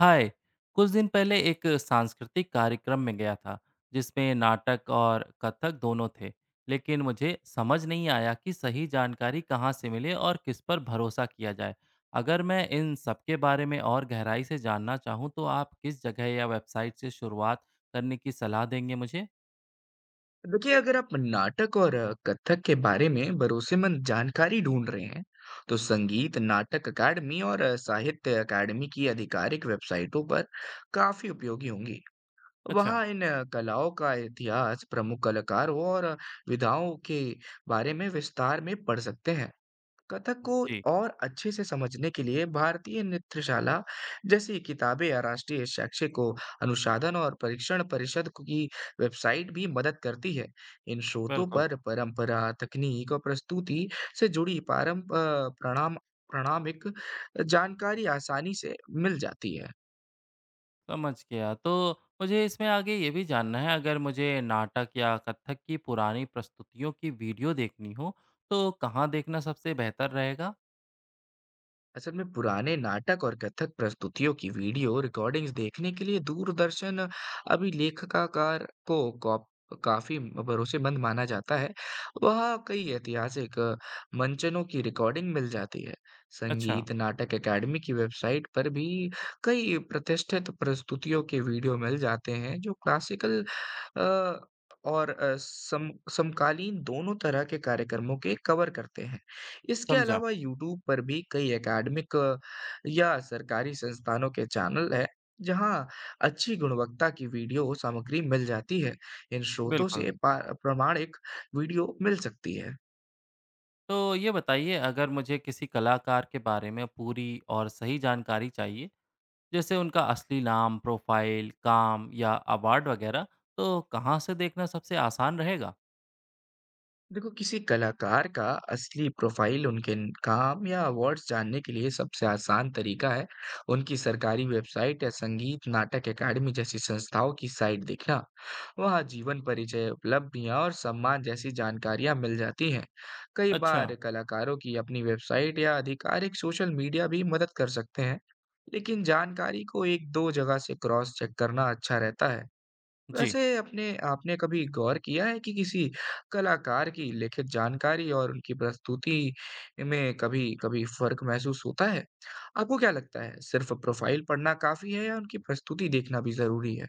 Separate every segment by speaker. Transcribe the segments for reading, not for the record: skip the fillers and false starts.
Speaker 1: हाय। कुछ दिन पहले एक सांस्कृतिक कार्यक्रम में गया था, जिसमें नाटक और कथक दोनों थे। लेकिन मुझे समझ नहीं आया कि सही जानकारी कहाँ से मिले और किस पर भरोसा किया जाए। अगर मैं इन सब के बारे में और गहराई से जानना चाहूँ तो आप किस जगह या वेबसाइट से शुरुआत करने की सलाह देंगे मुझे?
Speaker 2: देखिए, अगर आप नाटक और कथक के बारे में भरोसेमंद जानकारी ढूंढ रहे हैं तो संगीत नाटक अकादमी और साहित्य अकादमी की आधिकारिक वेबसाइटों पर काफी उपयोगी होंगी।
Speaker 1: अच्छा।
Speaker 2: वहाँ इन कलाओं का इतिहास, प्रमुख कलाकारों और विधाओं के बारे में विस्तार में पढ़ सकते हैं। कथक को
Speaker 1: जी।
Speaker 2: और अच्छे से समझने के लिए भारतीय नृत्यशाला जैसी किताबें या राष्ट्रीय शैक्षिक अनुसाधन और परीक्षण परिषद की वेबसाइट भी मदद करती है। इन स्रोतों
Speaker 1: बिल्कुल।
Speaker 2: पर परंपरा, तकनीक और प्रस्तुति से जुड़ी पारं अ, प्रणाम प्रणामिक जानकारी आसानी से मिल जाती है।
Speaker 1: समझ गया। तो मुझे इसमें आगे ये भी जानना है, अगर मुझे नाटक या कथक की पुरानी प्रस्तुतियों की वीडियो देखनी हो तो कहाँ देखना सबसे बेहतर रहेगा?
Speaker 2: असल में, पुराने नाटक और कथक प्रस्तुतियों की वीडियो रिकॉर्डिंग्स देखने के लिए दूरदर्शन अभिलेखागार को काफी भरोसेमंद माना जाता है। वहाँ कई ऐतिहासिक मंचनों की रिकॉर्डिंग मिल जाती है।
Speaker 1: अच्छा।
Speaker 2: संगीत नाटक एकेडमी की वेबसाइट पर भी कई प्रतिष्ठित प्रस्तुतियों के वीडियो मिल जाते हैं जो क्लासिकल अ, और समकालीन दोनों तरह के कार्यक्रमों के कवर करते हैं। इसके
Speaker 1: समझा।
Speaker 2: अलावा, यूट्यूब पर भी कई अकादमिक या सरकारी संस्थानों के चैनल हैं जहां अच्छी गुणवत्ता की वीडियो सामग्री मिल जाती है। इन स्रोतों
Speaker 1: बिल्कुल।
Speaker 2: से पा प्रामाणिक वीडियो मिल सकती है।
Speaker 1: तो ये बताइए, अगर मुझे किसी कलाकार के बारे में पूरी और सही जानकारी चाहिए, जैसे उनका असली नाम, प्रोफाइल, काम या अवार्ड वगैरह, तो कहाँ से देखना सबसे आसान रहेगा?
Speaker 2: देखो, किसी कलाकार का असली प्रोफाइल, उनके काम या अवार्ड्स जानने के लिए सबसे आसान तरीका है उनकी सरकारी वेबसाइट या संगीत नाटक एकेडमी जैसी संस्थाओं की साइट देखना। वहाँ जीवन परिचय, उपलब्धियाँ और सम्मान जैसी जानकारियाँ मिल जाती हैं। कई
Speaker 1: अच्छा।
Speaker 2: बार कलाकारों की अपनी वेबसाइट या आधिकारिक सोशल मीडिया भी मदद कर सकते हैं। लेकिन जानकारी को एक दो जगह से क्रॉस चेक करना अच्छा रहता है।
Speaker 1: जी।
Speaker 2: वैसे, अपने आपने कभी गौर किया है कि किसी कलाकार की लिखित जानकारी और उनकी प्रस्तुति में कभी-कभी फ़र्क महसूस होता है? आपको क्या लगता है, सिर्फ़ प्रोफ़ाइल पढ़ना काफ़ी है या उनकी प्रस्तुति देखना भी ज़रूरी है?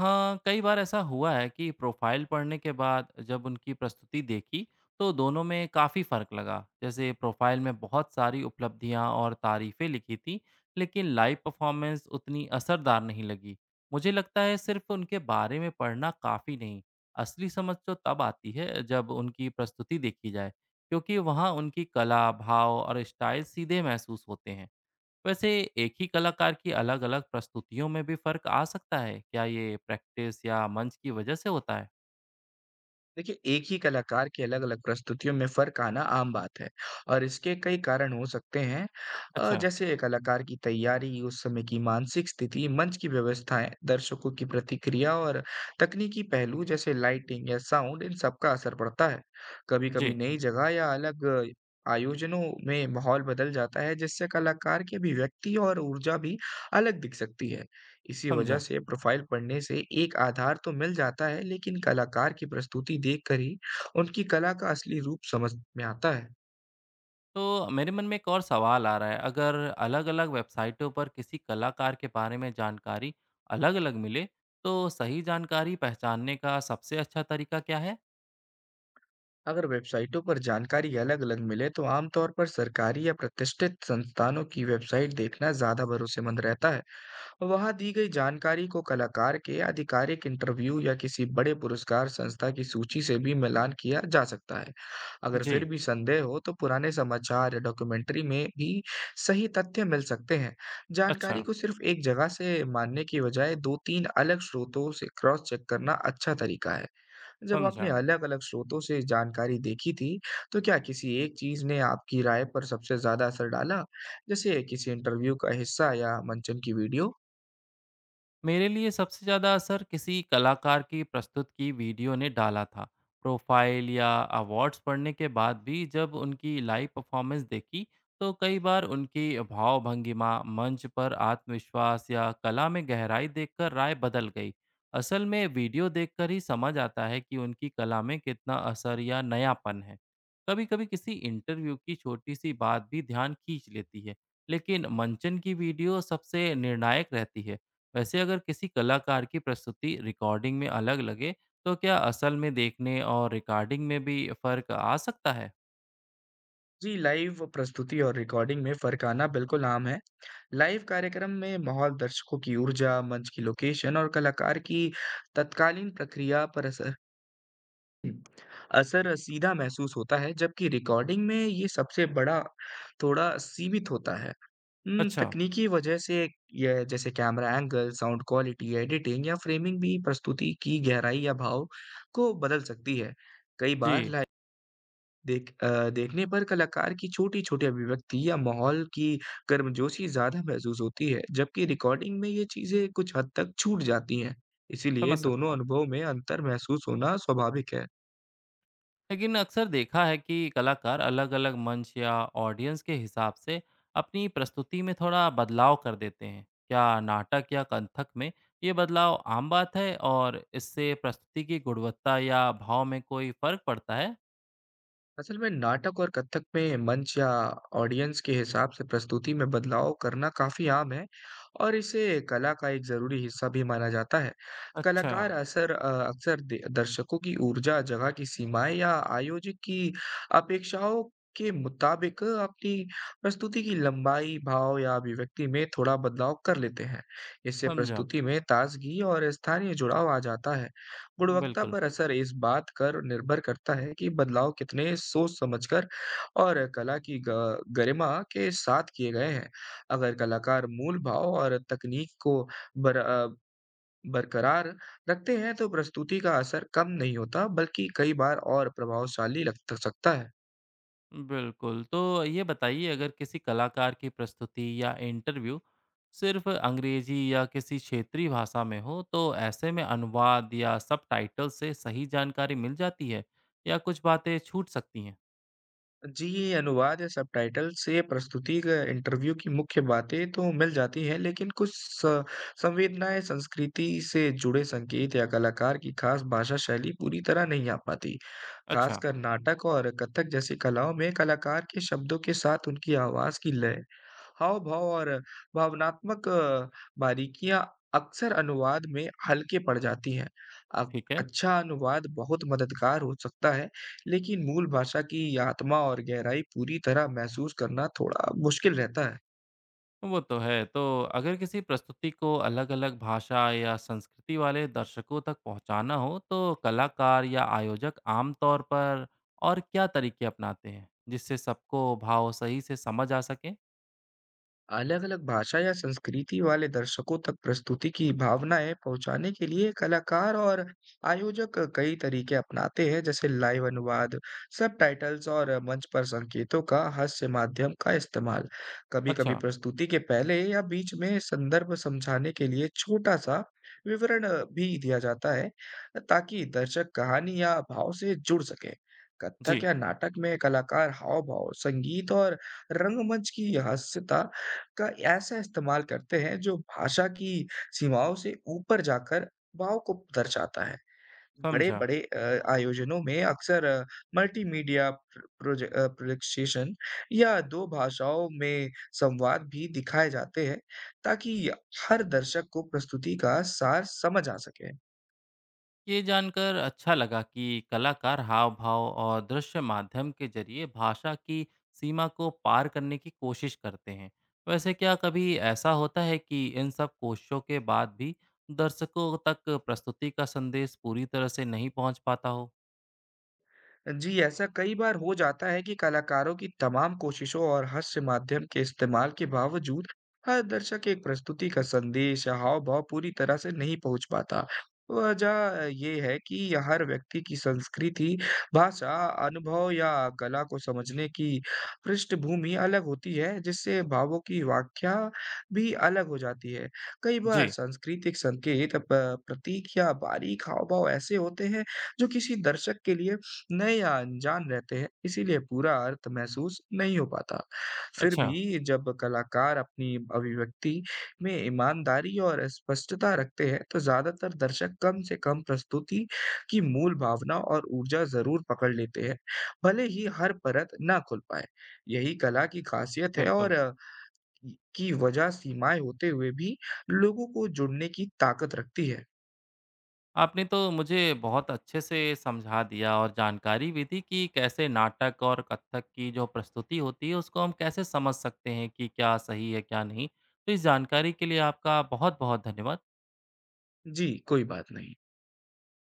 Speaker 1: हाँ, कई बार ऐसा हुआ है कि प्रोफाइल पढ़ने के बाद जब उनकी प्रस्तुति देखी तो दोनों में काफ़ी फ़र्क लगा। जैसे प्रोफाइल में बहुत सारी उपलब्धियाँ और तारीफ़ें लिखी थी, लेकिन लाइव परफॉर्मेंस उतनी असरदार नहीं लगी। मुझे लगता है सिर्फ उनके बारे में पढ़ना काफ़ी नहीं, असली समझ तो तब आती है जब उनकी प्रस्तुति देखी जाए, क्योंकि वहाँ उनकी कला, भाव और स्टाइल सीधे महसूस होते हैं। वैसे एक ही कलाकार की अलग-अलग प्रस्तुतियों में भी फर्क आ सकता है। क्या ये प्रैक्टिस या मंच की वजह से होता है?
Speaker 2: देखिए, एक ही कलाकार की अलग-अलग प्रस्तुतियों में फ़र्क आना आम बात है और इसके कई कारण हो सकते हैं।
Speaker 1: अच्छा।
Speaker 2: जैसे कलाकार की तैयारी, उस समय की मानसिक स्थिति, मंच की व्यवस्थाएँ, दर्शकों की प्रतिक्रिया और तकनीकी पहलू जैसे लाइटिंग या साउंड, इन सब का असर पड़ता है। कभी-कभी
Speaker 1: जी।
Speaker 2: नई जगह या अलग आयोजनों में माहौल बदल जाता है, जिससे कलाकार की अभिव्यक्ति और ऊर्जा भी अलग दिख सकती है। इसी वजह
Speaker 1: समझा।
Speaker 2: से प्रोफ़ाइल पढ़ने से एक आधार तो मिल जाता है, लेकिन कलाकार की प्रस्तुति देखकर ही उनकी कला का असली रूप समझ में आता है।
Speaker 1: तो मेरे मन में एक और सवाल आ रहा है, अगर अलग-अलग वेबसाइटों पर किसी कलाकार के बारे में जानकारी अलग-अलग मिले, तो सही जानकारी पहचानने का सबसे अच्छा तरीका क्या है?
Speaker 2: अगर वेबसाइटों पर जानकारी अलग-अलग मिले, तो आमतौर पर सरकारी या प्रतिष्ठित संस्थानों की वेबसाइट देखना ज़्यादा भरोसेमंद रहता है। वहां दी गई जानकारी को कलाकार के आधिकारिक इंटरव्यू या किसी बड़े पुरस्कार संस्था की सूची से भी मिलान किया जा सकता है। अगर फिर
Speaker 1: जी।
Speaker 2: भी संदेह हो तो पुराने समाचार या डॉक्यूमेंट्री में भी सही तथ्य मिल सकते हैं। जानकारी
Speaker 1: अच्छा।
Speaker 2: को सिर्फ एक जगह से मानने की बजाय दो तीन अलग स्रोतों से क्रॉस चेक करना अच्छा तरीका है। जब आपने
Speaker 1: समझा।
Speaker 2: अलग अलग स्रोतों से जानकारी देखी थी तो क्या किसी एक चीज ने आपकी राय पर सबसे ज्यादा असर डाला, जैसे किसी इंटरव्यू का हिस्सा या मंचन की वीडियो?
Speaker 1: मेरे लिए सबसे ज़्यादा असर किसी कलाकार की प्रस्तुत की वीडियो ने डाला था। प्रोफाइल या अवार्ड्स पढ़ने के बाद भी जब उनकी लाइव परफॉर्मेंस देखी, तो कई बार उनकी भाव-भंगिमा, मंच पर आत्मविश्वास या कला में गहराई देखकर राय बदल गई। असल में वीडियो देखकर ही समझ आता है कि उनकी कला में कितना असर या नयापन है। कभी-कभी किसी इंटरव्यू की छोटी-सी बात भी ध्यान खींच लेती है, लेकिन मंचन की वीडियो सबसे निर्णायक रहती है। वैसे अगर किसी कलाकार की प्रस्तुति रिकॉर्डिंग में अलग लगे, तो क्या असल में देखने और रिकॉर्डिंग में भी फ़र्क आ सकता है?
Speaker 2: जी, लाइव प्रस्तुति और रिकॉर्डिंग में फ़र्क आना बिल्कुल आम है। लाइव कार्यक्रम में माहौल, दर्शकों की ऊर्जा, मंच की लोकेशन और कलाकार की तत्कालीन प्रक्रिया पर असर, हम्म, असर सीधा महसूस होता है, जबकि रिकॉर्डिंग में ये सबसे बड़ा थोड़ा सीमित होता है।
Speaker 1: अच्छा।
Speaker 2: तकनीकी वजह से ये जैसे camera angle, sound quality, editing या फ़्रेमिंग भी प्रस्तुति की गहराई या भाव को बदल सकती है। कई बार
Speaker 1: जी।
Speaker 2: देखने पर कलाकार की छोटी-छोटी अभिव्यक्ति या माहौल की गर्मजोशी ज़्यादा महसूस होती है, जबकि रिकॉर्डिंग में ये चीज़ें कुछ हद तक छूट जाती हैं। इसीलिए
Speaker 1: समझ सकता
Speaker 2: दोनों
Speaker 1: हूँ।
Speaker 2: अनुभव में अंतर महसूस होना स्वाभाविक है।
Speaker 1: लेकिन अक्सर देखा है कि कलाकार अलग-अलग मंच या ऑडियंस के हिसाब से अपनी प्रस्तुति में थोड़ा बदलाव कर देते हैं। क्या नाटक या कंथक में ये बदलाव आम बात है और इससे प्रस्तुति की गुणवत्ता या भाव में कोई फ़र्क पड़ता है?
Speaker 2: असल में नाटक और कथक में मंच या ऑडियंस के हिसाब से प्रस्तुति में बदलाव करना काफी आम है और इसे कला का एक जरूरी हिस्सा भी माना जाता है।
Speaker 1: अच्छा।
Speaker 2: कलाकार अक्सर दर्शकों की ऊर्जा, जगह की सीमाएं या आयोजक की अपेक्षाओं के मुताबिक अपनी प्रस्तुति की लंबाई, भाव या अभिव्यक्ति में थोड़ा बदलाव कर लेते हैं। इससे
Speaker 1: समझा।
Speaker 2: प्रस्तुति में ताजगी और स्थानीय जुड़ाव आ जाता है। गुणवत्ता
Speaker 1: बिल्कुल।
Speaker 2: पर असर इस बात कर निर्भर करता है कि बदलाव कितने सोच समझकर और कला की गरिमा के साथ किए गए हैं। अगर कलाकार मूल भाव और तकनीक को बर, अ, बरकरार रखते हैं तो प्रस्तुति का असर कम नहीं होता, बल्कि कई बार और प्रभावशाली लग सकता है।
Speaker 1: बिल्कुल, तो ये बताइए, अगर किसी कलाकार की प्रस्तुति या इंटरव्यू सिर्फ़ अंग्रेज़ी या किसी क्षेत्रीय भाषा में हो, तो ऐसे में अनुवाद या सबटाइटल से सही जानकारी मिल जाती है या कुछ बातें छूट सकती हैं?
Speaker 2: जी, ये अनुवाद या सबटाइटल से प्रस्तुति क इंटरव्यू की मुख्य बातें तो मिल जाती हैं, लेकिन कुछ स संवेदनाएँ, संस्कृति से जुड़े संकेत या कलाकार की खास भाषा शैली पूरी तरह नहीं आ पाती।
Speaker 1: अच्छा।
Speaker 2: खासकर नाटक और कथक जैसी कलाओं में कलाकार के शब्दों के साथ उनकी आवाज़ की लय, हाव-भाव और भावनात्मक बारीकियाँ अक्सर अनुवाद में हल्के पड़ जाती हैं। अ,
Speaker 1: ठीक है।
Speaker 2: अच्छा अनुवाद बहुत मददगार हो सकता है, लेकिन मूल भाषा की आत्मा और गहराई पूरी तरह महसूस करना थोड़ा मुश्किल रहता है।
Speaker 1: वो तो है। तो अगर किसी प्रस्तुति को अलग-अलग भाषा या संस्कृति वाले दर्शकों तक पहुँचाना हो, तो कलाकार या आयोजक आम तौर पर और क्या तरीके अपनाते हैं, जिससे सबको भाव सही से समझ आ सके?
Speaker 2: अलग-अलग भाषा या संस्कृति वाले दर्शकों तक प्रस्तुति की भावनाएँ पहुँचाने के लिए कलाकार और आयोजक कई तरीके अपनाते हैं, जैसे लाइव अनुवाद, सबटाइटल्स और मंच पर संकेतों का हास्य माध्यम का इस्तेमाल। कभी-कभी
Speaker 1: अच्छा।
Speaker 2: प्रस्तुति के पहले या बीच में संदर्भ समझाने के लिए छोटा-सा विवरण भी दिया जाता है, ताकि दर्शक कहानी या भाव से जुड़ सकें। कथक
Speaker 1: जी।
Speaker 2: या नाटक में कलाकार हाव-भाव, संगीत और रंगमंच की हास्यता का ऐसा इस्तेमाल करते हैं जो भाषा की सीमाओं से ऊपर जाकर भाव को दर्शाता है।
Speaker 1: समझा।
Speaker 2: बड़े-बड़े आयोजनों में अक्सर मल्टीमीडिया प्रोजेक्सेशन या 2 भाषाओं में संवाद भी दिखाए जाते हैं, ताकि हर दर्शक को प्रस्तुति का सार समझ आ सके।
Speaker 1: ये जानकर अच्छा लगा कि कलाकार हाव-भाव और दृश्य माध्यम के ज़रिए भाषा की सीमा को पार करने की कोशिश करते हैं। वैसे क्या कभी ऐसा होता है कि इन सब कोशिशों के बाद भी दर्शकों तक प्रस्तुति का संदेश पूरी तरह से नहीं पहुँच पाता हो?
Speaker 2: जी, ऐसा कई बार हो जाता है कि कलाकारों की तमाम कोशिशों और हास्य माध्यम के इस्तेमाल के बावजूद, हर दर्शक एक प्रस्तुति का संदेश या हाव-भाव पूरी तरह से नहीं पहुँच पाता। वजह ये है कि यह हर व्यक्ति की संस्कृति, भाषा, अनुभव या कला को समझने की पृष्ठभूमि अलग होती है, जिससे भावों की व्याख्या भी अलग हो जाती है। कई बार
Speaker 1: जी।
Speaker 2: सांस्कृतिक संकेत, प प्रतीक या बारीक हाव-भाव ऐसे होते हैं, जो किसी दर्शक के लिए नए या अनजान रहते हैं। इसीलिए पूरा अर्थ महसूस नहीं हो पाता। फिर
Speaker 1: अच्छा।
Speaker 2: भी जब कलाकार अपनी अभिव्यक्ति में ईमानदारी और स्पष्टता रखते हैं तो ज्यादातर दर्शक कम से कम प्रस्तुति की मूल भावना और ऊर्जा जरूर पकड़ लेते हैं, भले ही हर परत ना खुल पाए। यही कला की खासियत है
Speaker 1: बिल्कुल।
Speaker 2: और की वजह सीमाएं होते हुए भी लोगों को जुड़ने की ताकत रखती है।
Speaker 1: आपने तो मुझे बहुत अच्छे से समझा दिया और जानकारी भी दी कि कैसे नाटक और कथक की जो प्रस्तुति होती है उसको हम कैसे समझ सकते हैं कि क्या सही है क्या नहीं। तो इस जानकारी के लिए आपका बहुत बहुत धन्यवाद।
Speaker 2: जी, कोई बात नहीं।